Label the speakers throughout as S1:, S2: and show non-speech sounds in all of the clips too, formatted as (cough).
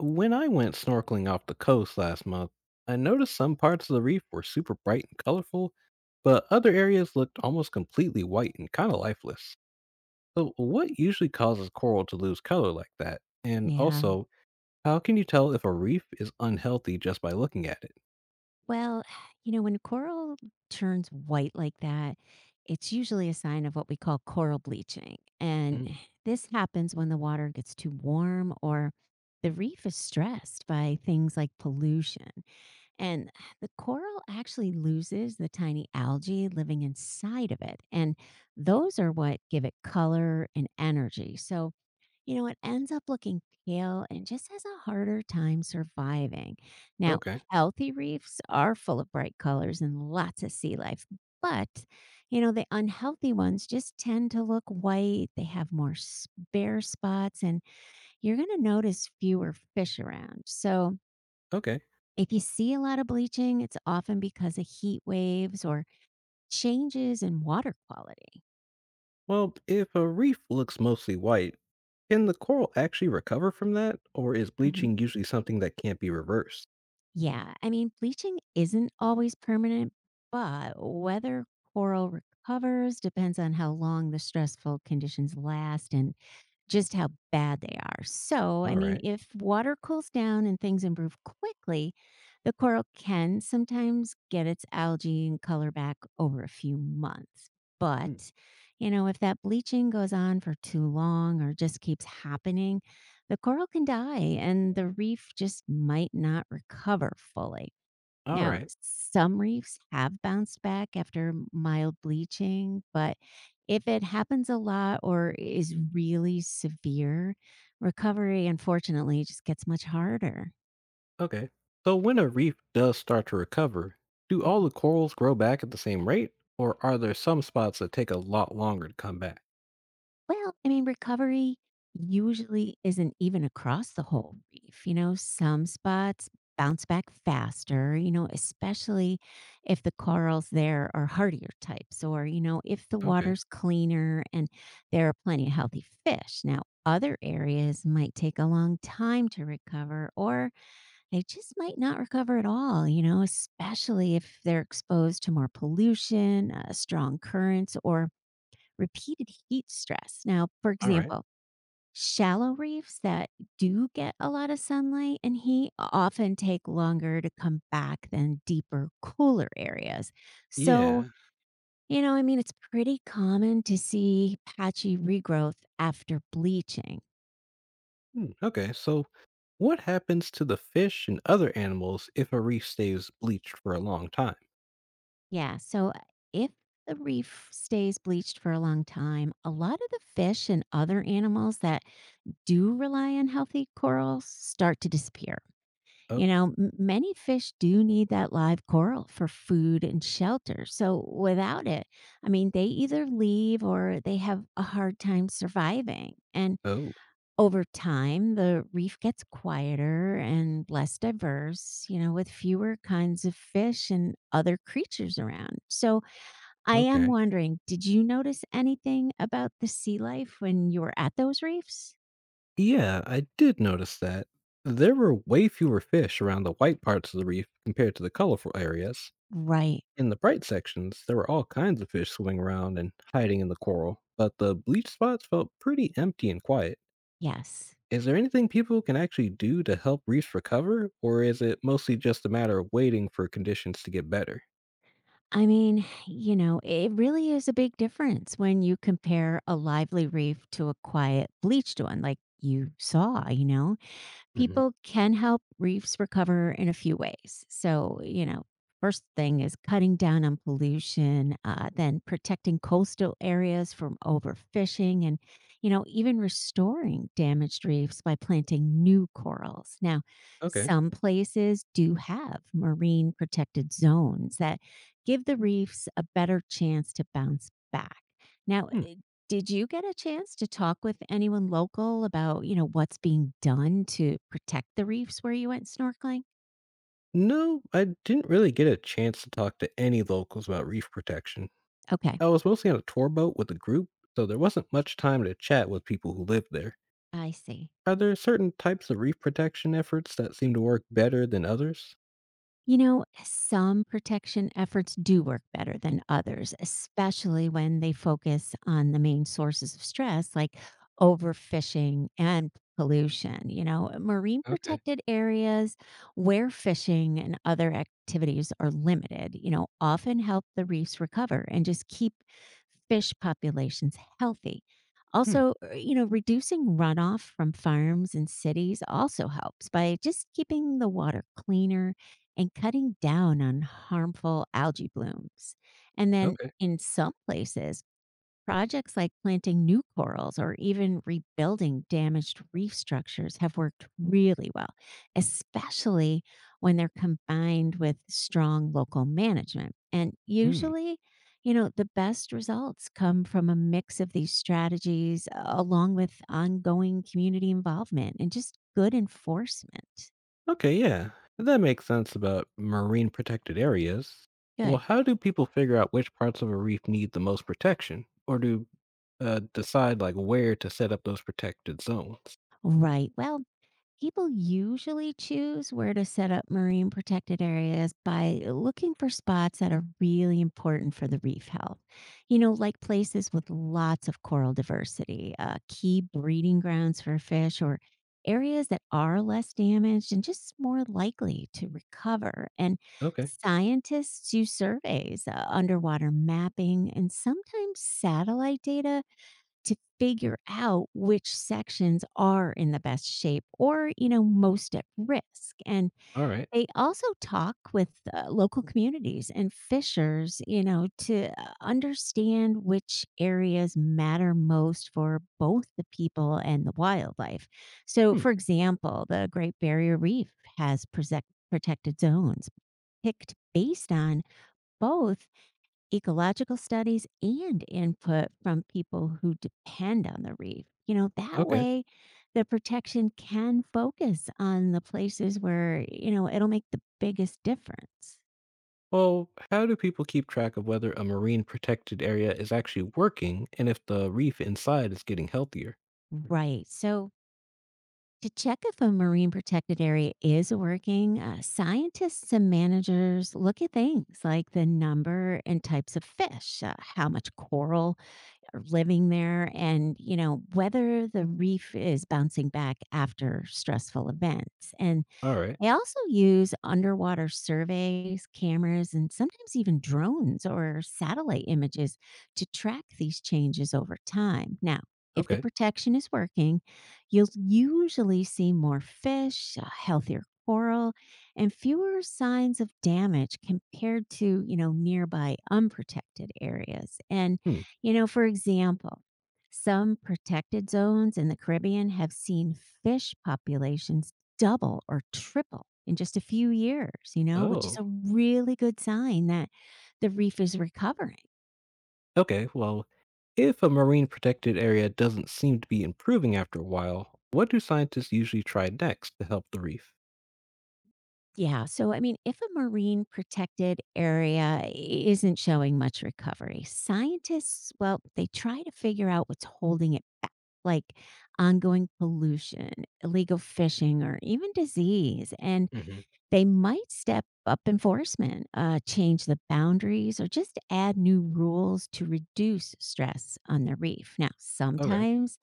S1: When I went snorkeling off the coast last month, I noticed some parts of the reef were super bright and colorful, but other areas looked almost completely white and kind of lifeless. So, what usually causes coral to lose color like that? And
S2: Yeah.
S1: also, how can you tell if a reef is unhealthy just by looking at it?
S2: Well, (sighs) when coral turns white like that, it's usually a sign of what we call coral bleaching. And
S1: Mm,
S2: (sighs) this happens when the water gets too warm or the reef is stressed by things like pollution. And (sighs) the coral actually loses the tiny algae living inside of it. And those are what give it color and energy. So, it ends up looking pale and just has a harder time surviving. Now,
S1: okay,
S2: healthy reefs are full of bright colors and lots of sea life, but, the unhealthy ones just tend to look white. They have more bare spots, and you're going to notice fewer fish around. So,
S1: okay.
S2: if you see a lot of bleaching, it's often because of heat waves or changes in water quality.
S1: Well, if a reef looks mostly white, can the coral actually recover from that, or is bleaching usually something that can't be reversed?
S2: Yeah, I mean, bleaching isn't always permanent, but whether coral recovers depends on how long the stressful conditions last and just how bad they are. So, I
S1: All
S2: mean,
S1: right.
S2: if water cools down and things improve quickly, the coral can sometimes get its algae and color back over a few months.
S1: Hmm,
S2: But, if that bleaching goes on for too long or just keeps happening, the coral can die and the reef just might not recover fully.
S1: all
S2: Now,
S1: right.
S2: some reefs have bounced back after mild bleaching, but if it happens a lot or is really severe, recovery unfortunately just gets much harder.
S1: Okay. So when a reef does start to recover, do
S2: Mm.
S1: all the corals grow back at the same rate, or are there some spots that take a lot longer to come back?
S2: Well, I mean, recovery usually isn't even across the whole reef. Some spots bounce back faster, especially if the corals there are hardier types or, if the
S1: Okay.
S2: water's cleaner and there are plenty of healthy fish. Now, other areas might take a long time to recover or they just might not recover at all, especially if they're exposed to more pollution, strong currents, or repeated heat stress. Now, for
S1: All right.
S2: example, shallow reefs that do get a lot of sunlight and heat often take longer to come back than deeper, cooler areas. So,
S1: Yeah.
S2: I mean, it's pretty common to see patchy regrowth after bleaching.
S1: Hmm. Okay. So what happens to the fish and other animals if a reef stays bleached for a long time?
S2: Yeah. So, if the reef stays bleached for a long time, a lot of the fish and other animals that do rely on healthy corals start to disappear.
S1: Oh,
S2: Many fish do need that live coral for food and shelter. So without it, I mean, they either leave or they have a hard time surviving. And
S1: oh,
S2: over time, the reef gets quieter and less diverse, with fewer kinds of fish and other creatures around. So I am
S1: okay.
S2: wondering, did you notice anything about the sea life when you were at those reefs?
S1: Yeah, I did notice that. There were way fewer fish around the white parts of the reef compared to the colorful areas.
S2: Right.
S1: In the bright sections, there were all kinds of fish swimming around and hiding in the coral, but the bleach spots felt pretty empty and quiet.
S2: Yes.
S1: Is there anything people can actually do to help reefs recover, or is it mostly just a matter of waiting for conditions to get better?
S2: I mean, it really is a big difference when you compare a lively reef to a quiet, bleached one like you saw, you know?
S1: Hmm.
S2: People can help reefs recover in a few ways. So, first thing is cutting down on pollution, then protecting coastal areas from overfishing, and, even restoring damaged reefs by planting new corals. Now,
S1: Okay.
S2: some places do have marine protected zones that give the reefs a better chance to bounce back. Now,
S1: Hmm.
S2: did you get a chance to talk with anyone local about, what's being done to protect the reefs where you went snorkeling?
S1: No, I didn't really get a chance to talk to any locals about reef protection.
S2: Okay,
S1: I was mostly on a tour boat with a group, so there wasn't much time to chat with people who live there.
S2: I see.
S1: Are there certain types of reef protection efforts that seem to work better than others?
S2: Some protection efforts do work better than others, especially when they focus on the main sources of stress like overfishing and pollution. Marine
S1: Okay.
S2: protected areas where fishing and other activities are limited, often help the reefs recover and just keep fish populations healthy.
S1: Hmm.
S2: Also, reducing runoff from farms and cities also helps by just keeping the water cleaner and cutting down on harmful algae blooms. And then
S1: Okay.
S2: in some places, projects like planting new corals or even rebuilding damaged reef structures have worked really well, especially when they're combined with strong local management. And
S1: Hmm.
S2: usually, the best results come from a mix of these strategies along with ongoing community involvement and just good enforcement.
S1: Okay. Yeah, that makes sense about marine protected areas. Well,
S2: Good.
S1: how do people figure out which parts of a reef need the most protection, or do decide like where to set up those protected zones?
S2: Right. Well, people usually choose where to set up marine protected areas by looking for spots that are really important for the reef health. Like places with lots of coral diversity, key breeding grounds for fish, or areas that are less damaged and just more likely to recover. And
S1: Okay.
S2: scientists use surveys, underwater mapping, and sometimes satellite data to figure out which sections are in the best shape or, most at risk. And
S1: All right.
S2: they also talk with local communities and fishers, to understand which areas matter most for both the people and the wildlife. So,
S1: Hmm.
S2: for example, the Great Barrier Reef has protected zones picked based on both ecological studies and input from people who depend on the reef. That
S1: Okay.
S2: way the protection can focus on the places where, it'll make the biggest difference.
S1: Well, how do people keep track of whether a marine protected area is actually working and if the reef inside is getting healthier?
S2: Right. So, to check if a marine protected area is working, scientists and managers look at things like the number and types of fish, how much coral are living there and whether the reef is bouncing back after stressful events and
S1: All right.
S2: they also use underwater surveys, cameras, and sometimes even drones or satellite images to track these changes over time. Now, if the
S1: Okay.
S2: protection is working, you'll usually see more fish, a healthier coral, and fewer signs of damage compared to, nearby unprotected areas. And,
S1: Hmm.
S2: for example, some protected zones in the Caribbean have seen fish populations double or triple in just a few years, which is
S1: Oh.
S2: a really good sign that the reef is recovering.
S1: Okay, well, if a marine protected area doesn't seem to be improving after a while, what do scientists usually try next to help the reef?
S2: Yeah. So, I mean, if a marine protected area isn't showing much recovery, scientists, well, they try to figure out what's holding it back, like ongoing pollution, illegal fishing, or even disease. And
S1: Hmm.
S2: they might step up enforcement, change the boundaries, or just add new rules to reduce stress on the reef. Now,
S1: Okay.
S2: sometimes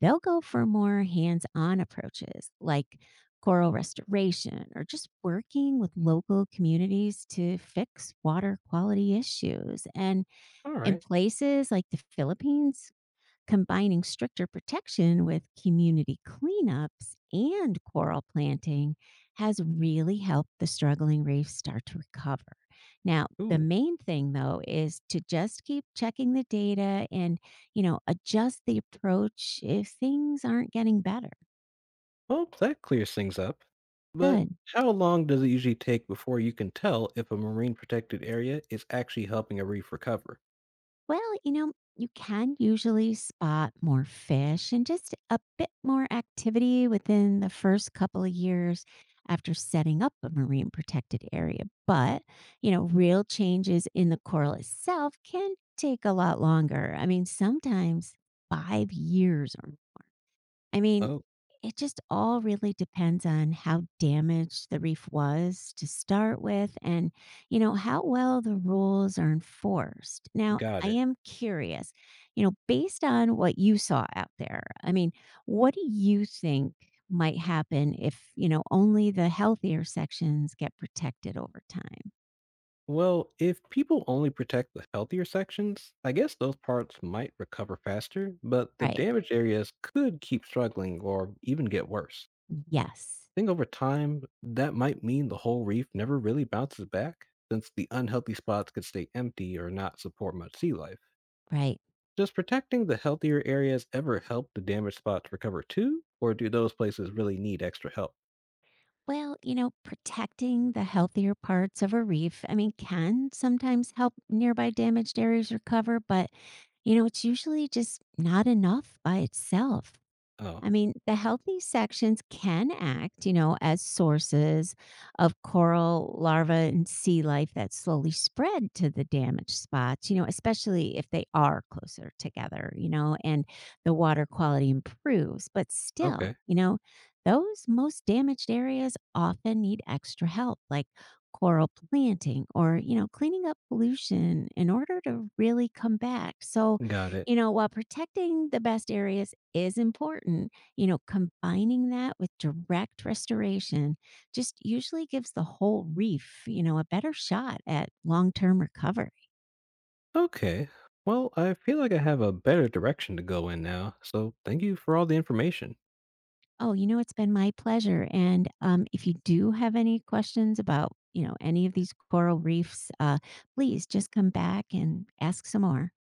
S2: they'll go for more hands on approaches like coral restoration or just working with local communities to fix water quality issues. And
S1: All
S2: in
S1: right.
S2: places like the Philippines, combining stricter protection with community cleanups and coral planting has really helped the struggling reefs start to recover. Now, the
S1: Ooh,
S2: main thing though is to just keep checking the data and, adjust the approach if things aren't getting better.
S1: well, that clears things up. But
S2: Good.
S1: how long does it usually take before you can tell if a marine protected area is actually helping a reef recover?
S2: Well, you can usually spot more fish and just a bit more activity within the first couple of years after setting up a marine protected area. But, real changes in the coral itself can take a lot longer. I mean, sometimes 5 years or I mean,
S1: Oh,
S2: it just all really depends on how damaged the reef was to start with and, how well the rules are enforced. Now,
S1: got
S2: I
S1: it.
S2: am curious, based on what you saw out there, I mean, what do you think might happen if, only the healthier sections get protected over time?
S1: Well, if people only protect the healthier sections, I guess those parts might recover faster, but the
S2: Right.
S1: damaged areas could keep struggling or even get worse.
S2: Yes,
S1: Think over time, that might mean the whole reef never really bounces back, since the unhealthy spots could stay empty or not support much sea life.
S2: right.
S1: Does protecting the healthier areas ever help the damaged spots recover too, or do those places really need extra help?
S2: Well, protecting the healthier parts of a reef, I mean, can sometimes help nearby damaged areas recover, but, it's usually just not enough by itself.
S1: Oh,
S2: I mean, the healthy sections can act, as sources of coral larvae and sea life that slowly spread to the damaged spots, especially if they are closer together, and the water quality improves. But still,
S1: okay.
S2: those most damaged areas often need extra help, like coral planting or, cleaning up pollution in order to really come back. So,
S1: Got it.
S2: while protecting the best areas is important, combining that with direct restoration just usually gives the whole reef, a better shot at long term recovery.
S1: Okay. Well, I feel like I have a better direction to go in now, so thank you for all the information.
S2: Oh, it's been my pleasure. And if you do have any questions about, any of these coral reefs, please just come back and ask some more.